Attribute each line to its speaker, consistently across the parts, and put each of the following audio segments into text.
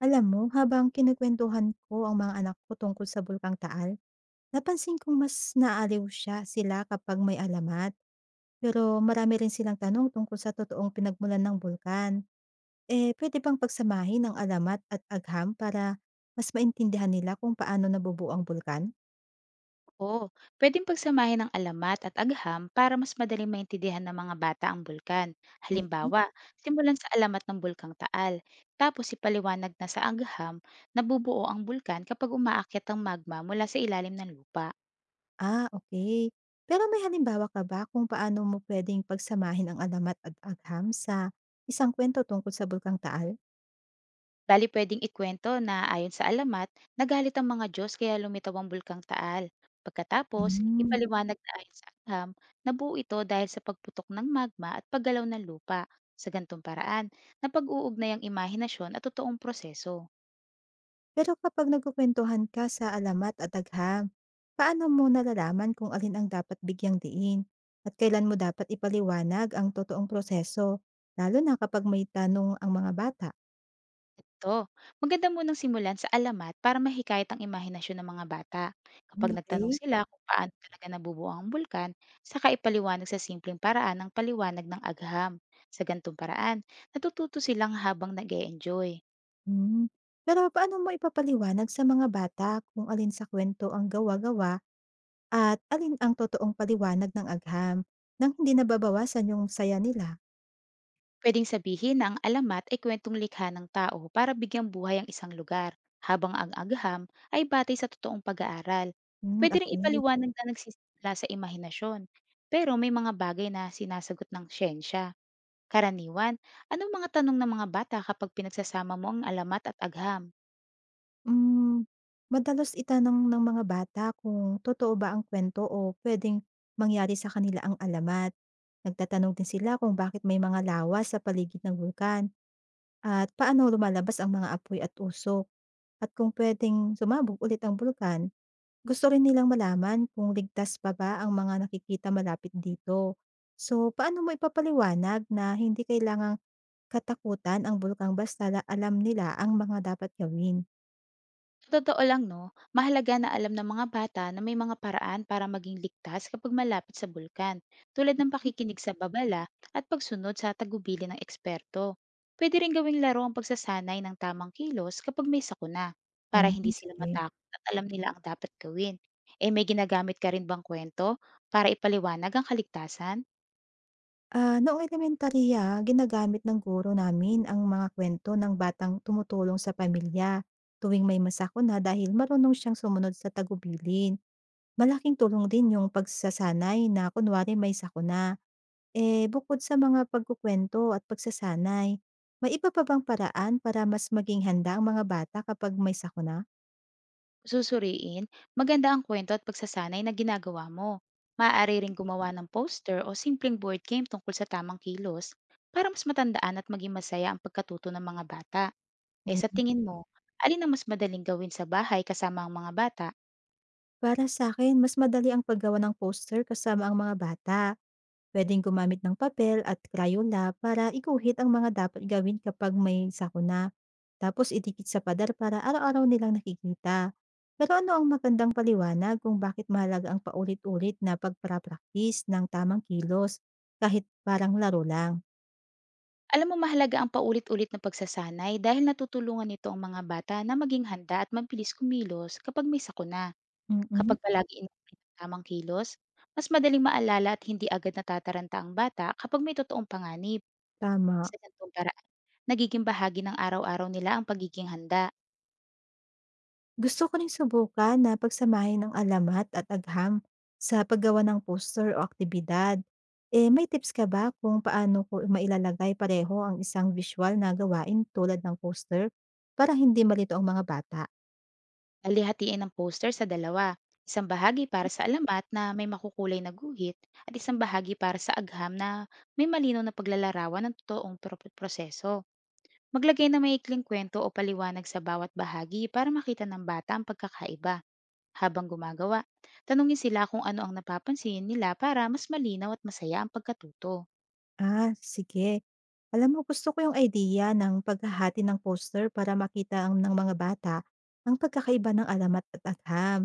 Speaker 1: Alam mo, habang kinukwentuhan ko ang mga anak ko tungkol sa Bulkang Taal, napansin kong mas naaliw sila kapag may alamat. Pero marami rin silang tanong tungkol sa totoong pinagmulan ng bulkan. Eh, pwede bang pagsamahin ang alamat at agham para mas maintindihan nila kung paano nabubuo ang bulkan?
Speaker 2: Oo, pwedeng pagsamahin ng alamat at agham para mas madaling maintindihan ng mga bata ang bulkan.
Speaker 1: Mhm.
Speaker 2: Halimbawa, simulan sa alamat ng bulkang Taal, tapos ipaliwanag na sa agham na bubuo ang bulkan kapag umaakyat ang magma mula sa ilalim ng lupa.
Speaker 1: Ah, okay. Pero may halimbawa ka ba kung paano mo pwedeng pagsamahin ang alamat at agham sa isang kwento tungkol sa Bulkang Taal?
Speaker 2: Bali pwedeng ikwento na ayon sa alamat, nagalit ang mga Diyos kaya lumitaw ang bulkang Taal. Pagkatapos,
Speaker 1: Mm.
Speaker 2: ipaliwanag na ayon sa agham, nabuo ito dahil sa pagputok ng magma at paggalaw ng lupa. Sa gantong paraan, napag-uugnay ang imahinasyon at totoong proseso.
Speaker 1: Pero kapag nagkukwentuhan ka sa alamat at agham, paano mo nalalaman kung alin ang dapat bigyang diin at kailan mo dapat ipaliwanag ang totoong proseso, lalo na kapag may tanong ang mga bata?
Speaker 2: Ito, maganda munang simulan sa alamat para mahikayat ang imahinasyon ng mga bata. Kapag
Speaker 1: Okay, okey.
Speaker 2: nagtanong sila kung paano talaga nabubuo ang bulkan, saka ipaliwanag sa simpleng paraan ang paliwanag ng agham. Sa gantong paraan, natututo silang habang nag enjoy.
Speaker 1: Hmm, Pero paano mo ipapaliwanag sa mga bata kung alin sa kuwento ang gawa-gawa at alin ang totoong paliwanag ng agham nang hindi nababawasan yung saya nila?
Speaker 2: Pwedeng sabihin na ang alamat ay kwentong likha ng tao para bigyang buhay ang isang lugar, habang ang agham ay batay sa totoong pag-aaral.
Speaker 1: Hmm,
Speaker 2: Pwede rin
Speaker 1: okey.
Speaker 2: ipaliwanag na nagsisimula sa imahinasyon, pero may mga bagay na sinasagot ng siyensya. Karaniwan, anong mga tanong ng mga bata kapag pinagsasama mo ang alamat at agham?
Speaker 1: Hmm, Madalas itanong ng mga bata kung totoo ba ang kwento o pwedeng mangyari sa kanila ang alamat. Nagtatanong din sila kung bakit may mga lawa sa paligid ng vulkan at paano lumalabas ang mga apoy at usok at kung pwedeng sumabog ulit ang bulkan. Gusto rin nilang malaman kung ligtas pa ba ang mga nakikita malapit dito. So, paano mo ipapaliwanag na hindi kailangang katakutan ang bulkan basta la alam nila ang mga dapat gawin?
Speaker 2: Sa totoo lang no, mahalaga na alam ng mga bata na may mga paraan para maging ligtas kapag malapit sa bulkan, tulad ng pakikinig sa babala at pagsunod sa tagubili ng eksperto. Pwede rin gawing laro ang pagsasanay ng tamang kilos kapag may sakuna, para
Speaker 1: Hmm,
Speaker 2: hindi sila
Speaker 1: sige.
Speaker 2: matakot at alam nila ang dapat gawin. Eh may ginagamit ka rin bang kwento para ipaliwanag ang kaligtasan?
Speaker 1: Ah, noong elementarya, ginagamit ng guro namin ang mga kwento ng batang tumutulong sa pamilya tuwing may masakuna dahil marunong siyang sumunod sa tagubilin. Malaking tulong din yung pagsasanay na kunwari may sakuna. Eh, bukod sa mga pagkukwento at pagsasanay, may iba pa bang paraan para mas maging handa ang mga bata kapag may sakuna?
Speaker 2: Susuriin, maganda ang kwento at pagsasanay na ginagawa mo. Maaari ring gumawa ng poster o simpleng board game tungkol sa tamang kilos para mas matandaan at maging masaya ang pagkatuto ng mga bata. Eh sa
Speaker 1: Mm,
Speaker 2: tingin mo, alin ang mas madaling gawin sa bahay kasama ang mga bata?
Speaker 1: Para sa akin, mas madali ang paggawa ng poster kasama ang mga bata. Puwedeng gumamit ng papel at Crayola para iguhit ang mga dapat gawin kapag may sakuna. Tapos idikit sa pader para araw-araw nilang nakikita. Pero ano ang magandang paliwanag kung bakit mahalaga ang paulit-ulit na pagpra-practice ng tamang kilos kahit parang laro lang?
Speaker 2: Alam mo mahalaga ang paulit-ulit na pagsasanay dahil natutulungan nito ang mga bata na maging handa at mabilis kumilos kapag may sakuna.
Speaker 1: Mm,
Speaker 2: Kapag palagi inuulit ang tamang kilos, mas madaling maalala at hindi agad natataranta ang bata kapag may totoong panganib.
Speaker 1: Tama.
Speaker 2: Sa ganitong paraan, nagiging bahagi ng araw-araw nila ang pagiging handa.
Speaker 1: Gusto ko ring subukan na pagsamahin ang alamat at agham sa paggawa ng poster o aktibidad. Eh, may tips ka ba kung paano ko mailalagay pareho ang isang visual na gawain tulad ng poster para hindi malito ang mga bata?
Speaker 2: Alihatiin ang poster sa dalawa, isang bahagi para sa alamat na may makukulay na guhit at isang bahagi para sa agham na may malinaw na paglalarawan ng totoong proseso. Maglagay ng maikling kwento o paliwanag sa bawat bahagi para makita ng bata ang pagkakaiba habang gumagawa. Tanungin sila kung ano ang napapansin nila para mas malinaw at masaya ang pagkatuto.
Speaker 1: Ah, sige. Alam mo, gusto ko yung idea ng paghahati ng poster ng mga bata ang pagkakaiba ng alamat at agham.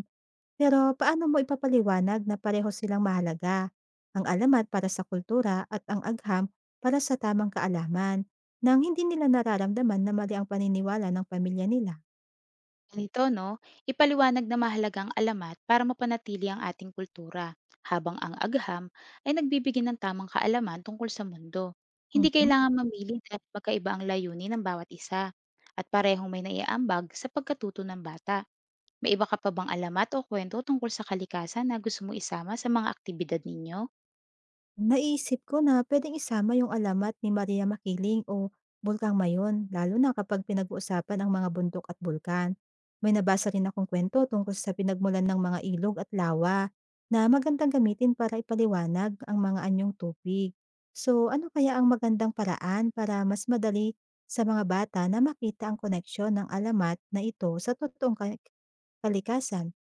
Speaker 1: Pero paano mo ipapaliwanag na pareho silang mahalaga? Ang alamat para sa kultura at ang agham para sa tamang kaalaman nang hindi nila nararamdaman na mali ang paniniwala ng pamilya nila.
Speaker 2: Ganito, no? Ipaliwanag na mahalagang alamat para mapanatili ang ating kultura, habang ang agham ay nagbibigay ng tamang kaalaman tungkol sa mundo. Hindi kailangan mamili dahil magkaiba ang layunin ng bawat isa at parehong may naiaambag sa pagkatuto ng bata. May iba ka pa bang alamat o kwento tungkol sa kalikasan na gusto mo isama sa mga aktibidad ninyo?
Speaker 1: Naisip ko na puwedeng isama yung alamat ni Maria Makiling o Bulkang Mayon lalo na kapag pinag-uusapan ang mga bundok at bulkan. May nabasa rin akong kwento tungkol sa pinagmulan ng mga ilog at lawa na magandang gamitin para ipaliwanag ang mga anyong tubig. So ano kaya ang magandang paraan para mas madali sa mga bata na makita ang koneksyon ng alamat na ito sa totoong kalikasan?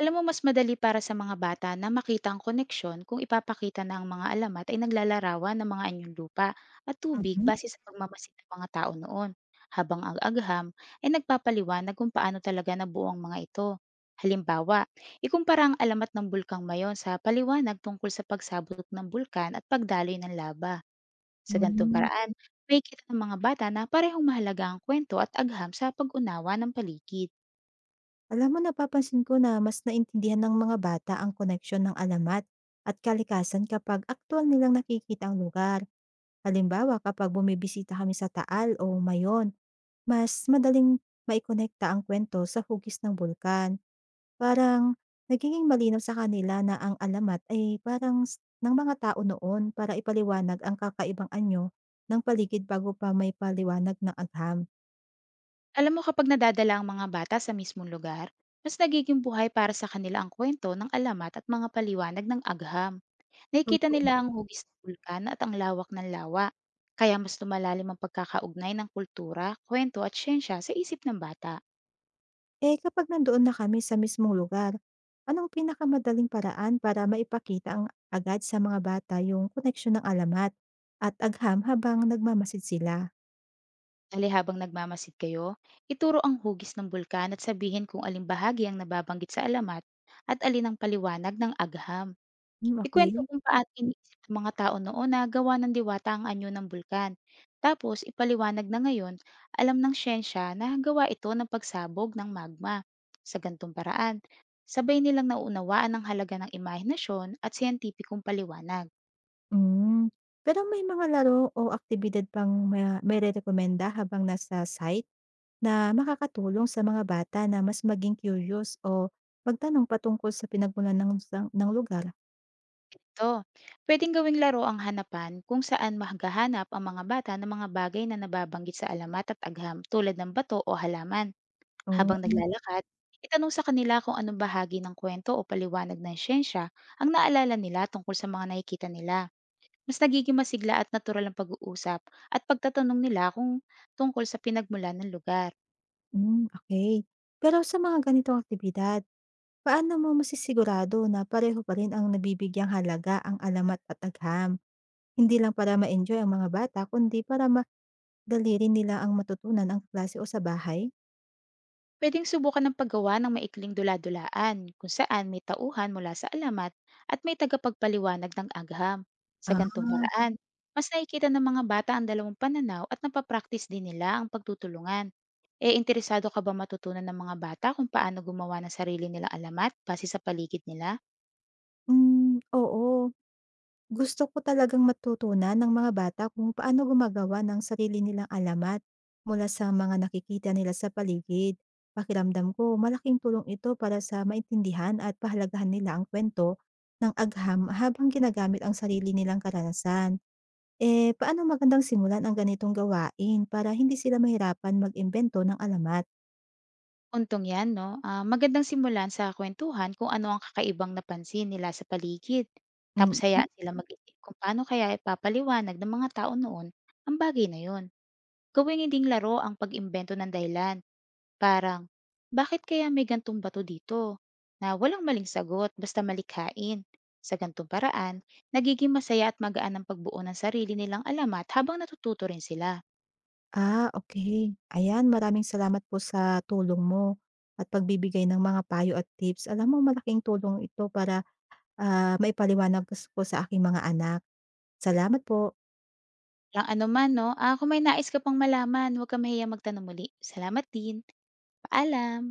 Speaker 2: Alam mo mas madali para sa mga bata na makita ang koneksyon kung ipapakita na ang mga alamat ay naglalarawan ng mga anyong lupa at tubig
Speaker 1: Mhm.
Speaker 2: base sa pagmamasid ng mga tao noon, habang ang agham ay nagpapaliwanag kung paano talaga nabuo ang mga ito. Halimbawa, ikumpara ang alamat ng bulkang mayon sa paliwanag tungkol sa pagsabot ng bulkan at pagdaloy ng laba. Sa ganitong
Speaker 1: Hmm.
Speaker 2: paraan, may kita ng mga bata na parehong mahalaga ang kwento at agham sa pag-unawa ng paligid.
Speaker 1: Alam mo, napapansin ko na mas naintindihan ng mga bata ang koneksyon ng alamat at kalikasan kapag aktual nilang nakikita ang lugar. Halimbawa, kapag bumibisita kami sa Taal o Mayon, mas madaling maikonekta ang kwento sa hugis ng bulkan. Parang nagiging malinaw sa kanila na ang alamat ay ng mga tao noon para ipaliwanag ang kakaibang anyo ng paligid bago pa may paliwanag ng agham.
Speaker 2: Alam mo kapag nadadala ang mga bata sa mismong lugar, mas nagiging buhay para sa kanila ang kwento ng alamat at mga paliwanag ng agham. Nakikita
Speaker 1: Totoo.
Speaker 2: nila ang hugis ng bulkan at ang lawak ng lawa. Kaya mas lumalalim ang pagkakaugnay ng kultura, kwento at siyensya sa isip ng bata.
Speaker 1: Eh, kapag nandoon na kami sa mismong lugar, anong pinakamadaling paraan para maipakita ang agad sa mga bata yung koneksyon ng alamat at agham habang nagmamasid sila?
Speaker 2: Ali habang nagmamasid kayo, ituro ang hugis ng bulkan at sabihin kung aling bahagi ang nababanggit sa alamat at alin ang paliwanag ng agham.
Speaker 1: Hmm,
Speaker 2: Ikuwento
Speaker 1: okey.
Speaker 2: kung paano iniisip ng mga tao noon na gawa ng diwata ang anyo ng bulkan. Tapos ipaliwanag na ngayon, alam ng siyensya na gawa ito ng pagsabog ng magma. Sa gantong paraan, sabay nilang nauunawaan ang halaga ng imahinasyon at siyentipikong paliwanag.
Speaker 1: Hmm. Pero may mga laro o aktibidad bang mairerekomenda habang nasa site na makakatulong sa mga bata na mas maging curious o magtanong patungkol sa pinagmulan ng sang ng lugar?
Speaker 2: to. Pwedeng gawing laro ang hanapan kung saan mahagahanap ang mga bata ng mga bagay na nababanggit sa alamat at agham tulad ng bato o halaman.
Speaker 1: Oh,
Speaker 2: Habang naglalakad, itanong sa kanila kung anong bahagi ng kwento o paliwanag ng siyensya ang naalala nila tungkol sa mga nakikita nila. Mas nagiging masigla at natural ang pag-uusap at pagtatanong nila kung tungkol sa pinagmulan ng lugar.
Speaker 1: okay. Pero sa mga ganitong aktibidad, paano mo masisigurado na pareho pa rin ang nabibigyang halaga ang alamat at agham? Hindi lang para ma-enjoy ang mga bata, kundi para madali rin nila ang matutunan ang klase o sa bahay?
Speaker 2: Pwedeng subukan ng paggawa ng maikling dula-dulaan kung saan may tauhan mula sa alamat at may tagapagpaliwanag ng agham. Sa
Speaker 1: Ah,
Speaker 2: gantong paraan, mas nakikita ng mga bata ang dalawang pananaw at napapractice din nila ang pagtutulungan. E interesado ka ba matutunan ng mga bata kung paano gumawa ng sarili nilang alamat base sa paligid nila?
Speaker 1: Oo. Gusto ko talagang matutunan ng mga bata kung paano gumagawa ng sarili nilang alamat mula sa mga nakikita nila sa paligid. Pakiramdam ko, malaking tulong ito para sa maintindihan at pahalagahan nila ang kwento ng agham habang ginagamit ang sarili nilang karanasan. Eh, paano magandang simulan ang ganitong gawain para hindi sila mahirapan mag-imbento ng alamat?
Speaker 2: Untong 'yan 'no, magandang simulan sa kuwentuhan kung ano ang kakaibang napansin nila sa paligid. Tapos
Speaker 1: Mm.
Speaker 2: hayaan sila mag-isip kung paano kaya ipapaliwanag ng mga tao noon ang bagay na 'yon. Gawing hinding laro ang pag-imbento ng dahilan, parang, "Bakit kaya may gantong bato dito?" Na walang maling sagot, basta malikhain. Sa gantong paraan, nagiging masaya at magaan ang pagbuo ng sarili nilang alamat habang natututo rin sila.
Speaker 1: Ah, okay, ayan, maraming salamat po sa tulong mo at pagbibigay ng mga payo at tips. Alam mo malaking tulong ito para maipaliwanag ko sa aking mga anak. Salamat po.
Speaker 2: Walang anuman 'no, kung may nais ka pang malaman, huwag kang mahiyang magtanong muli. Salamat din. Paalam.